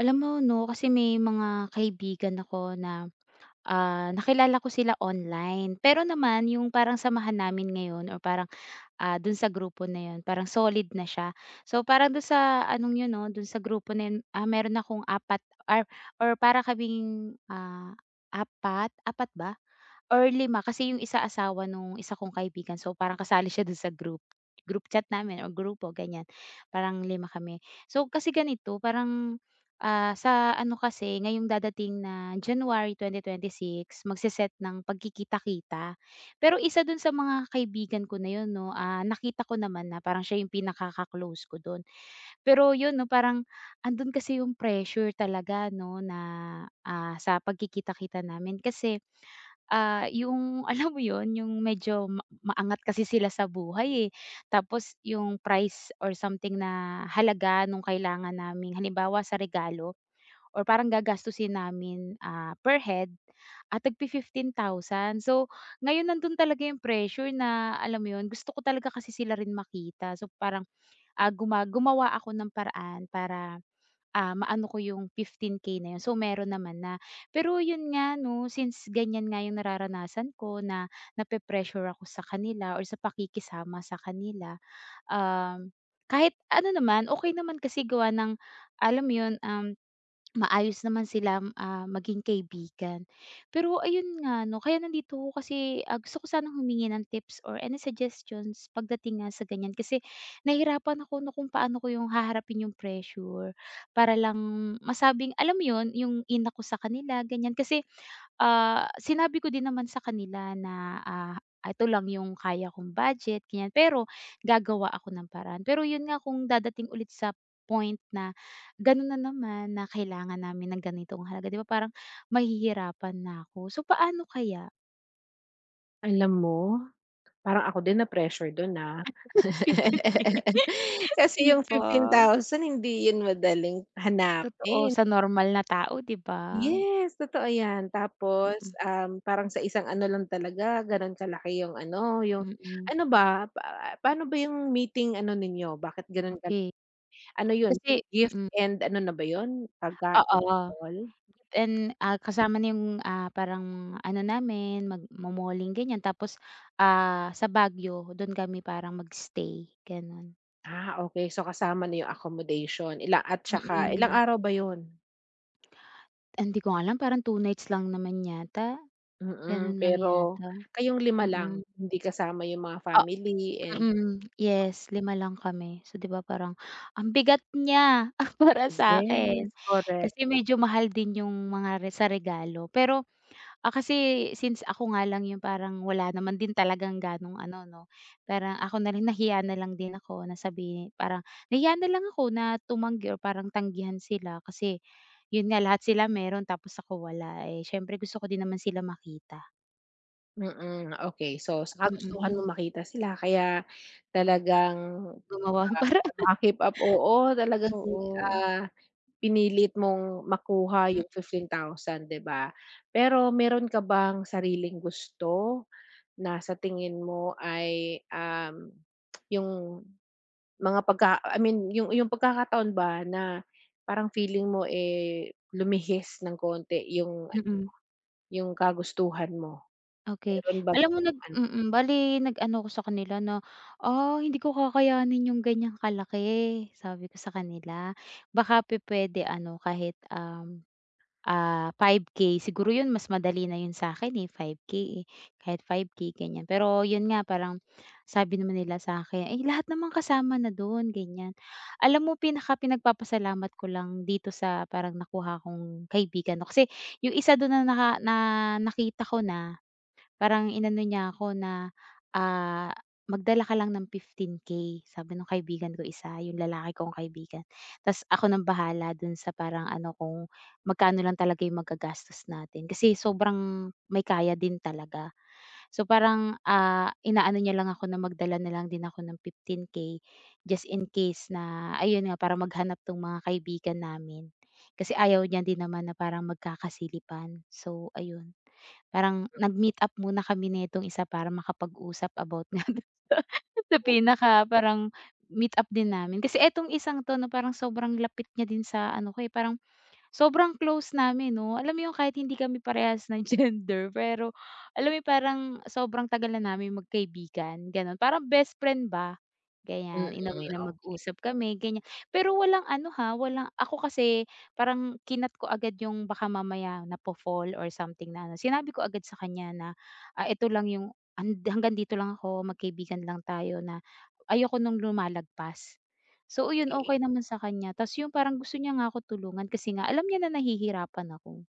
Alam mo 'no, kasi may mga kaibigan ako na, nakilala ko sila online. Pero naman yung parang samahan namin ngayon or parang, dun sa grupo na yun parang solid na siya. So, parang dun sa anong yun 'no, dun sa grupo na yun, meron akong apat or or para kaming, apat 4 ba? Or 5 kasi yung isa asawa nung isa kong kaibigan, so parang kasali siya dun sa group chat namin o grupo ganyan, parang lima kami. So kasi ganito parang, sa ano kasi ngayong dadating na January 2026 magse-set ng pagkikita-kita. Pero isa dun sa mga kaibigan ko na yun 'no, nakita ko naman na parang siya yung pinakaka-close ko dun. Pero yun 'no, parang andun kasi yung pressure talaga 'no na, sa pagkikita-kita namin, kasi yung alam mo yun, yung medyo maangat kasi sila sa buhay, eh. Tapos yung price or something na halaga nung kailangan namin, halimbawa sa regalo or parang gagastusin namin, per head, tagpi 15,000. So, ngayon nandun talaga yung pressure na alam mo yun, gusto ko talaga kasi sila rin makita. So, parang, gumawa ako ng paraan para maano ko yung 15K na yun. So, meron naman na. Pero yun nga 'no, since ganyan nga yung nararanasan ko, na nape-pressure ako sa kanila or sa pakikisama sa kanila, um, kahit ano naman, okay naman kasi gawa ng alam mo yun, maayos naman sila, maging kaibigan. Pero ayun nga 'no, kaya nandito ako kasi, gusto ko sanang humingi ng tips or any suggestions pagdating nga sa ganyan. Kasi nahirapan ako 'no kung paano ko yung haharapin yung pressure para lang masabing alam mo yun, yung ina ko sa kanila, ganyan. Kasi, sinabi ko din naman sa kanila na, ah, "Ito lang yung kaya kong budget," ganyan. Pero gagawa ako ng paraan. Pero yun nga, kung dadating ulit sa point na gano'n na naman na kailangan namin ng ganitong halaga, 'di ba parang mahihirapan na ako. So, paano kaya Alam mo, parang ako din na-pressure dun, ah. 15K? Kasi 'Di yung fifteen ba? thousand hindi yun madaling Totoo hanapin. sa normal na tao, 'di ba? Yes, totoo yan. Mm, Tapos, parang sa isang ano lang talaga ganon kalaki yung mm, ano ba, paano ba yung meeting ano ninyo? Bakit ganon ka okey. ano yun, Kasi gift mm, and ano na ba yun, pagkain oo. all? And, kasama na yung, parang ano namin magmo-malling ganyan, tapos, sa Baguio do'n kami parang mag-stay, gano'n. Ah, okey. So kasama na yung accommodation, at saka ilang Mm. araw ba yun? Hindi ko alam, parang 2 nights lang naman yata, gano'n Mm, lang pero yata, kayong lima lang, mm. hindi kasama yung mga family and Mm, yes, lima lang kami. So, 'di ba parang ang bigat niya para sa yes, akin. correct. Kasi medyo mahal din yung mga sa regalo. Pero, kasi since ako nga lang yung parang wala naman din talagang gano'ng ano 'no, parang ako na rin nahiya na lang din ako na sabihin, parang nahiya na lang ako na tumanggi or parang tanggihan sila, kasi yun nga lahat sila meron, tapos ako wala, eh, siyempre gusto ko din naman sila makita. Mm, okey. So, sa kagustuhan Mm, mong makita sila kaya talagang, gumawa para? para maka-keep up, oo, talagang, Oo. ah, pinilit mong makuha yung Oo. 15,000, 'di ba? Pero meron ka bang sariling gusto na sa tingin mo ay, yung Mga pagka I mean yung pagkakataon ba na parang feeling mo, eh, lumihis ng konti yung Mm. yung kagustuhan mo, Okey. meron bang Alam mo nag gano'ng ano? mm, bale nag-ano ako sa kanila na, Hindi ko kakayanin yung ganyang kalaki," sabi ko sa kanila. "Baka pupuwede ano kahit, 5K siguro yun, mas madali na yun sa'kin, eh, 5K eh, kahit 5K," ganyan. Pero yun nga parang sabi naman nila sa'kin, "Eh, lahat naman kasama na dun," ganyan. Alam mo pinaka pinagpapasalamat ko lang dito sa parang nakuha kong kaibigan 'no, kasi yung isa dun na naka nakita ko na parang inano niya ako na, ah, "Magdala ka lang ng 15K," sabi nung kaibigan ko isa, yung lalaki kong kaibigan. Tas ako ng bahala dun sa parang ano, kung magkano lang talaga yung magagastos natin, kasi sobrang may kaya din talaga. So parang, inaano niya lang ako na magdala na lang din ako ng 15K just in case na ayun nga para maghanap tong mga kaibigan namin. Kasi ayaw niya din naman na parang magkakasilipan, so ayun. Parang nag-meet up muna kami nitong isa para makapag-usap about nga dun sa pinaka parang meet up din namin. Kasi etong isang 'to 'no, parang sobrang lapit niya din sa ano ko, eh, parang sobrang close namin 'no. Alam mo yung kahit hindi kami parehas ng gender, pero alam mo yung parang sobrang tagal na namin magkaibigan, gano'n. Parang best friend ba, ganyan. In a way Mm, na mag-usap kami, ganyan. Pero walang ano, ha, walang ako kasi parang kinat ko agad yung baka mamaya po fall or something na ano. Sinabi ko agad sa kanya na, "Ito lang yung hanggang dito lang ako, magkaibigan lang tayo, na ayoko nung lumalagpas." So, yun okey. okey naman sa kanya, ta's yung parang gusto niya nga ako tulungan kasi nga alam niya na nahihirapan ako.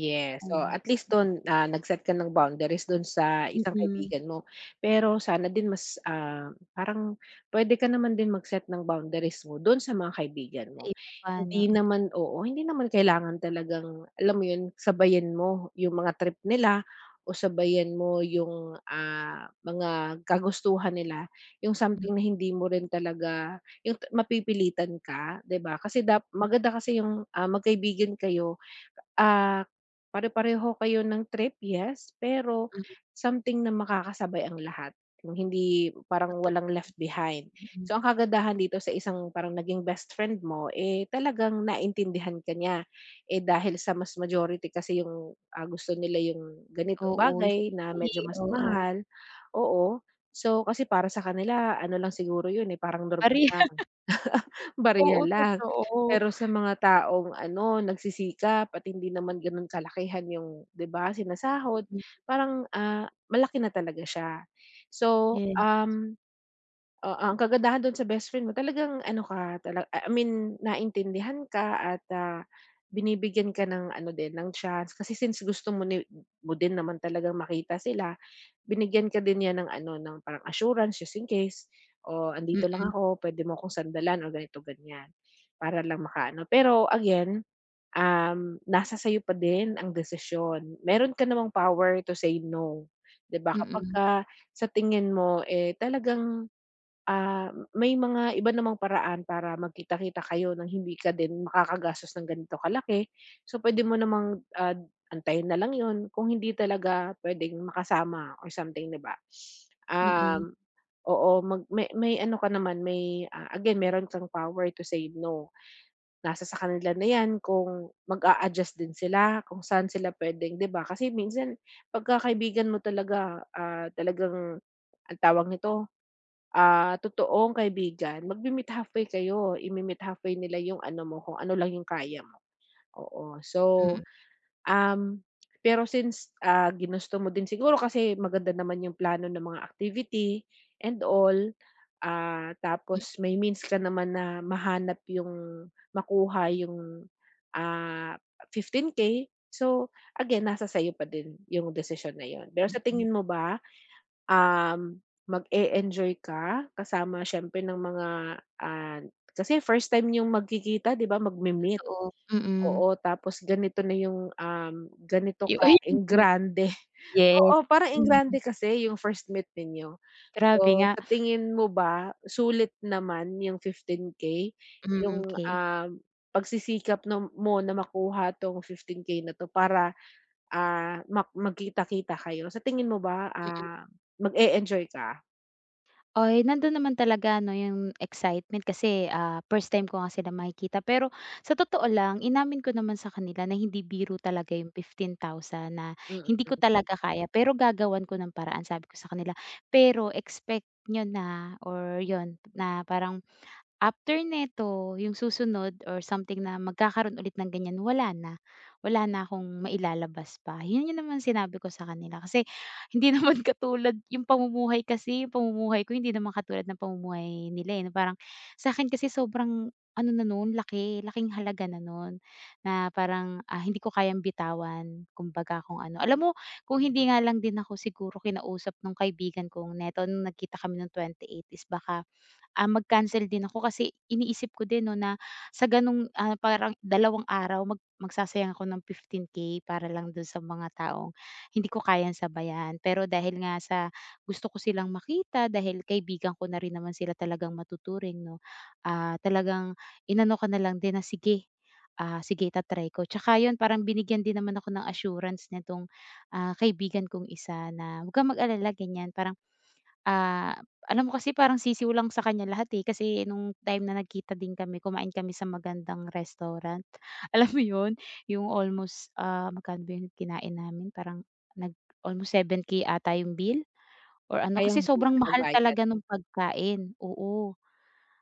Yes. So, Ayun, at least don, nag-set ka ng boundaries don sa isang mm, kaibigan mo. Pero sana din mas, parang puwede ka naman din mag-set ng boundaries mo don sa mga kaibigan sa mo. iba pa 'no, Hindi naman, oo, hindi naman kailangan, talagang alam mo yun, sabayan mo yung mga trip nila o sabayan mo yung, mga kagustuhan nila, yung mm, something na hindi mo rin talaga yung mapipilitan ka, 'di ba? Kasi maganda kasi yung, magkaibigan kayo, ah pare-pareho kayo ng trip, yes, pero mm, something na makakasabay ang lahat, yung hindi parang totoo, walang left behind. mm. So, ang kagandahan dito sa isang parang naging best friend mo, eh, talagang naintindihan ka niya. Eh, dahil sa mas majority kasi yung, gusto nila yung ganitong Oo, yun bagay na nga eh, medyo mas oo. mahal, oo. So, kasi para sa kanila ano lang siguro yun, eh, parang normal Pareho lang. Barya oo, lang. totoo. Pero sa mga taong ano, nagsisikap at hindi naman gano'n kalakihan yung, 'di ba, sinasahod, Mm, parang, malaki na talaga siya. So, yun, oo, ang kagandahan do'n sa best friend mo, talagang ano ka, I mean naintindihan ka at, binibigyan ka ng ano din, ng chance, kasi since gusto mo mo din naman talagang makita sila. Binigyan ka din niya ng ano, ng parang assurance just in case, o andito lang mm, ako, puwede mo akong sandalan o ganito, ganyan." Para lang makaano. Pero again, nasa sa'yo pa din ang desisyon. Meron ka namang power to say no, 'di ba? mm, Kapagka sa tingin mo, eh, talagang may mga iba namang paraan para magkita-kita kayo ng hindi ka din makakagastos ng ganito kalaki. So, pwede mo namang, antayin na lang yon kung hindi talaga puwedeng makasama or something, 'di ba? mm, Um, oo, mag may may ano ka naman, may, again meron kang power to say no. Nasa sa kanila na 'yan kung mag-a-adjust din sila, kung saan sila puwedeng, 'di ba? Kasi minsan pagka kaibigan mo talaga, talagang, ang tawag nito, totoong kaibigan, magme-meet halfway kayo, ime-meet halfway nila yung ano mo, kung ano lang yung kaya mo, oo. So, mm, um, pero since, ginusto mo din siguro kasi maganda naman yung plano ng mga activity and all, mm, tapos may means ka naman na mahanap yung, makuha yung, ah, 15K. So, again, nasa sa'yo pa din yung desisyon na yun. Pero sa mm, tingin mo ba, mag-e-enjoy ka kasama siyempre ng mga, ah, kasi first time yung magkikita, 'di ba, magme-meet. totoo, mm. Oo, tapos ganito na yung, ganito Yu ka ayun nga, enggrande. yes, Oo, parang mm. enggrande kasi yung first meet ninyo. Grabe So, nga, sa tingin mo ba sulit naman yung 15K? mm, Yung, okey, pagsisikap na mo na makuha 'tong 15K na 'to para, magkita-kita kayo. Sa tingin mo ba, mm. Mag-e-enjoy ka? Ay, nandun naman talaga ano yung excitement kasi, first time ko nga sila makikita. Pero sa totoo lang, inamin ko naman sa kanila na hindi biro talaga yung 15,000 na Mm, hindi ko talaga kaya, pero gagawan ko ng paraan sabi ko sa kanila. Pero expect niyo na or yon na parang after neto, yung susunod or something na magkakaroon ulit ng ganyan, wala na. Wala na akong mailalabas pa. Yun yung naman sinabi ko sa kanila kasi hindi naman katulad yung pamumuhay kasi, yung pamumuhay ko hindi naman katulad ng pamumuhay nila, eh, na parang sa akin kasi sobrang ano na noon, laking halaga na noon, na parang, hindi ko kayang bitawan kumbaga kung ano. Alam mo kung hindi nga lang din ako siguro kinausap nung kaibigan kong neto nung nagkita kami nung 28, is baka mag-cancel din ako, kasi iniisip ko din 'no na sa ganong, parang 2 araw magsasayang ako ng 15K para lang dun sa mga taong hindi ko kayang sabayan. Pero dahil nga sa gusto ko silang makita, dahil kaibigan ko na rin naman sila talagang matuturing 'no, talagang inano ko na lang din na, "Sige, sige ko." Tsaka yun parang binigyan din naman ako ng assurance nitong, kaibigan kong isa na, "Wag kang mag-alala," ganyan. Parang Ah, alam mo kasi parang sisiw lang sa kanya lahat, eh, kasi nung time na nagkita din kami kumain kami sa magandang restaurant. Alam mo 'yun, yung almost, magkano ba yung kinain namin parang nag almost 7K ata yung bill or ano, kasi kayang sobrang mahal nagbayad, talaga nung pagkain, oo.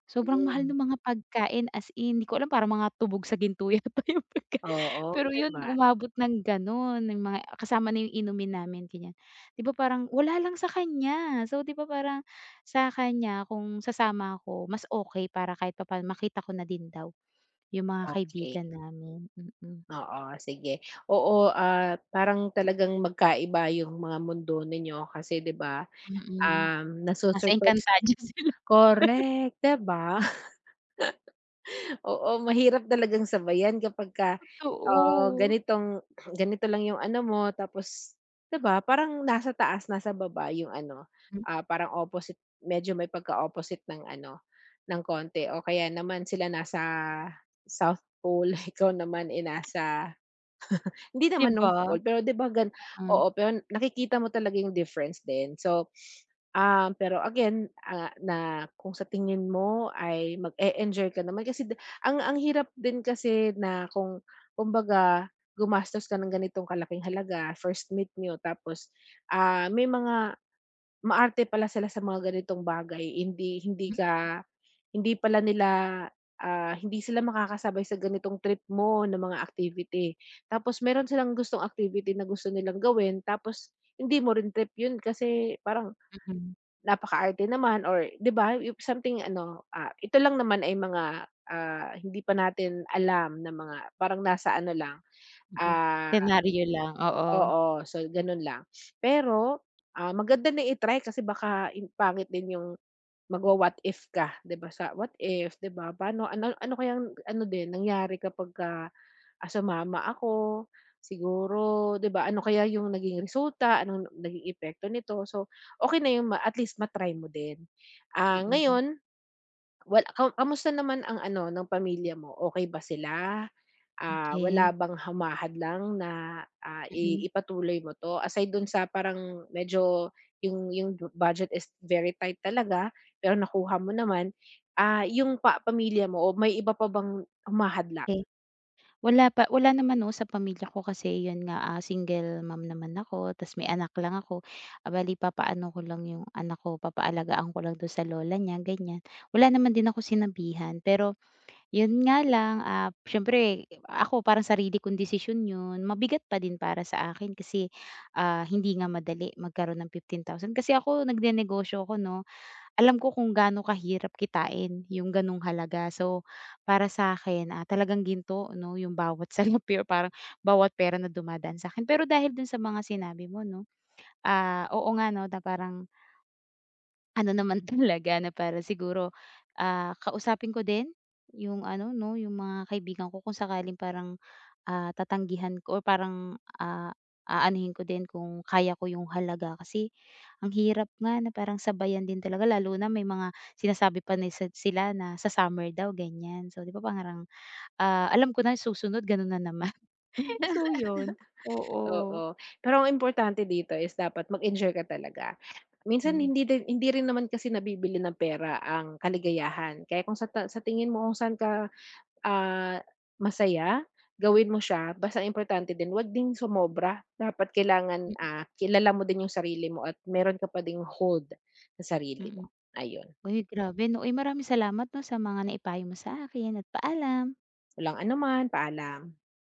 Sobrang mahal ng hmm, mga pagkain, as in, hindi ko alam parang mga tubog sa ginto yata yung pagka oo, pero 'di yun ba? umabot ng gano'n, yung mga kasama na yung inumin namin ganyan. 'Di ba parang wala lang sa kanya, so 'di ba parang sa kanya kung sasama ako mas okey para kahit papaano makita ko na din daw yung mga Okey, kaibigan namin, mm, oo, sige. Oo, parang talagang magkaiba yung mga mundo ninyo kasi, 'di ba, mm. Nasa nasusurprise, Encantadia sila, correct, 'di ba? Oo, mahirap talagang sabayan kapagka, totoo. ganitong ganito lang yung ano mo, tapos 'di ba parang nasa taas, nasa baba yung ano, Hmm, parang opposite, medyo may pagka-opposite ng ano, ng konti, o kaya naman sila nasa South Pole, ikaw naman, eh, nasa hindi 'di naman nung ba? school, pero 'di ba Mm, oo, pero nakikita mo talaga yung difference din. So, pero again, na kung sa tingin mo ay mag-e-enjoy ka naman kasi ang hirap din kasi na kung kumbaga gumastos ka ng ganitong kalaking halaga, first meet niyo tapos, may mga maarte pala sila sa mga ganitong bagay, hindi hindi mm, ka hindi pala nila, hindi sila makakasabay sa ganitong trip mo na mga activity. Tapos meron silang gustong activity na gusto nilang gawin tapos hindi mo rin trip yun kasi parang mm, napakaarte naman or, 'di ba, yung something ano, ito lang naman ay mga, hindi pa natin alam na mga parang nasa ano lang, mm. ah, Senaryo lang, oo, oo, so ganun lang. Pero, maganda na i-try kasi baka pangit din yung, Magwa-what if ka, 'di ba, sa what if, 'di ba, paano ano ano kayang ano din nangyari kapagka, sumama ako, siguro, 'di ba, ano kaya yung naging resulta, anong naging epekto nito. So, okay na yung at least matry mo din. Ah, mm. ngayon, well, kamusta naman ang ano ng pamilya mo, okay ba sila? Ah, wala Okey. bang humahadlang na, Mm, ipatuloy mo 'to? Aside dun sa parang medyo yung budget is very tight talaga, pero nakuha mo naman. Ah, yung pamilya mo o may iba pa bang humahadlang? okey. Wala pa, wala naman 'no, sa pamilya ko kasi 'yun nga, single mom naman ako ta's may anak lang ako. Ah, bale papaano ko lang 'yung anak ko, papaalagaan ko lang do'n sa lola niya, ganiyan. Wala naman din ako sinabihan, pero 'yun nga lang, siyempre ako parang sarili kong desisyon 'yun. Mabigat pa din para sa akin kasi, hindi nga madali magkaroon ng 15,000 kasi ako nagnenegosyo ako 'no. Alam ko kung gaano kahirap kitain yung ganong halaga. So, para sa akin talagang ginto 'no, yung bawat salapi or parang bawat pera na dumadaan sa akin. Pero dahil dun sa mga sinabi mo 'no, oo nga 'no, na parang ano naman talaga na para siguro, kausapin ko din yung ano 'no, yung mga kaibigan ko kung sakaling parang, tatanggihan ko or parang, aanuhin ko din kung kaya ko yung halaga. Kasi ang hirap nga na parang sabayan din talaga lalo na may mga sinasabi pa na sila na sa summer daw ganyan. So 'di ba parang, alam ko na susunod gano'n na naman. So 'yun, oo. Oo, pero ang importante dito is dapat mag-enjoy ka talaga. Minsan Mm, hindi rin naman kasi nabibili ng pera ang kaligayahan, kaya kung sa tingin mo kung saan ka ah, masaya, gawin mo siya, basta importante din wag ding sumobra. Dapat kailangan, mm, kilala mo din yung sarili mo at meron ka pa ding hold sa sarili mo. mm. Ayun, Uy, grabe 'no. Uy, maraming salamat 'no, sa mga naipayo mo sa akin at paalam. walang anuman, paalam.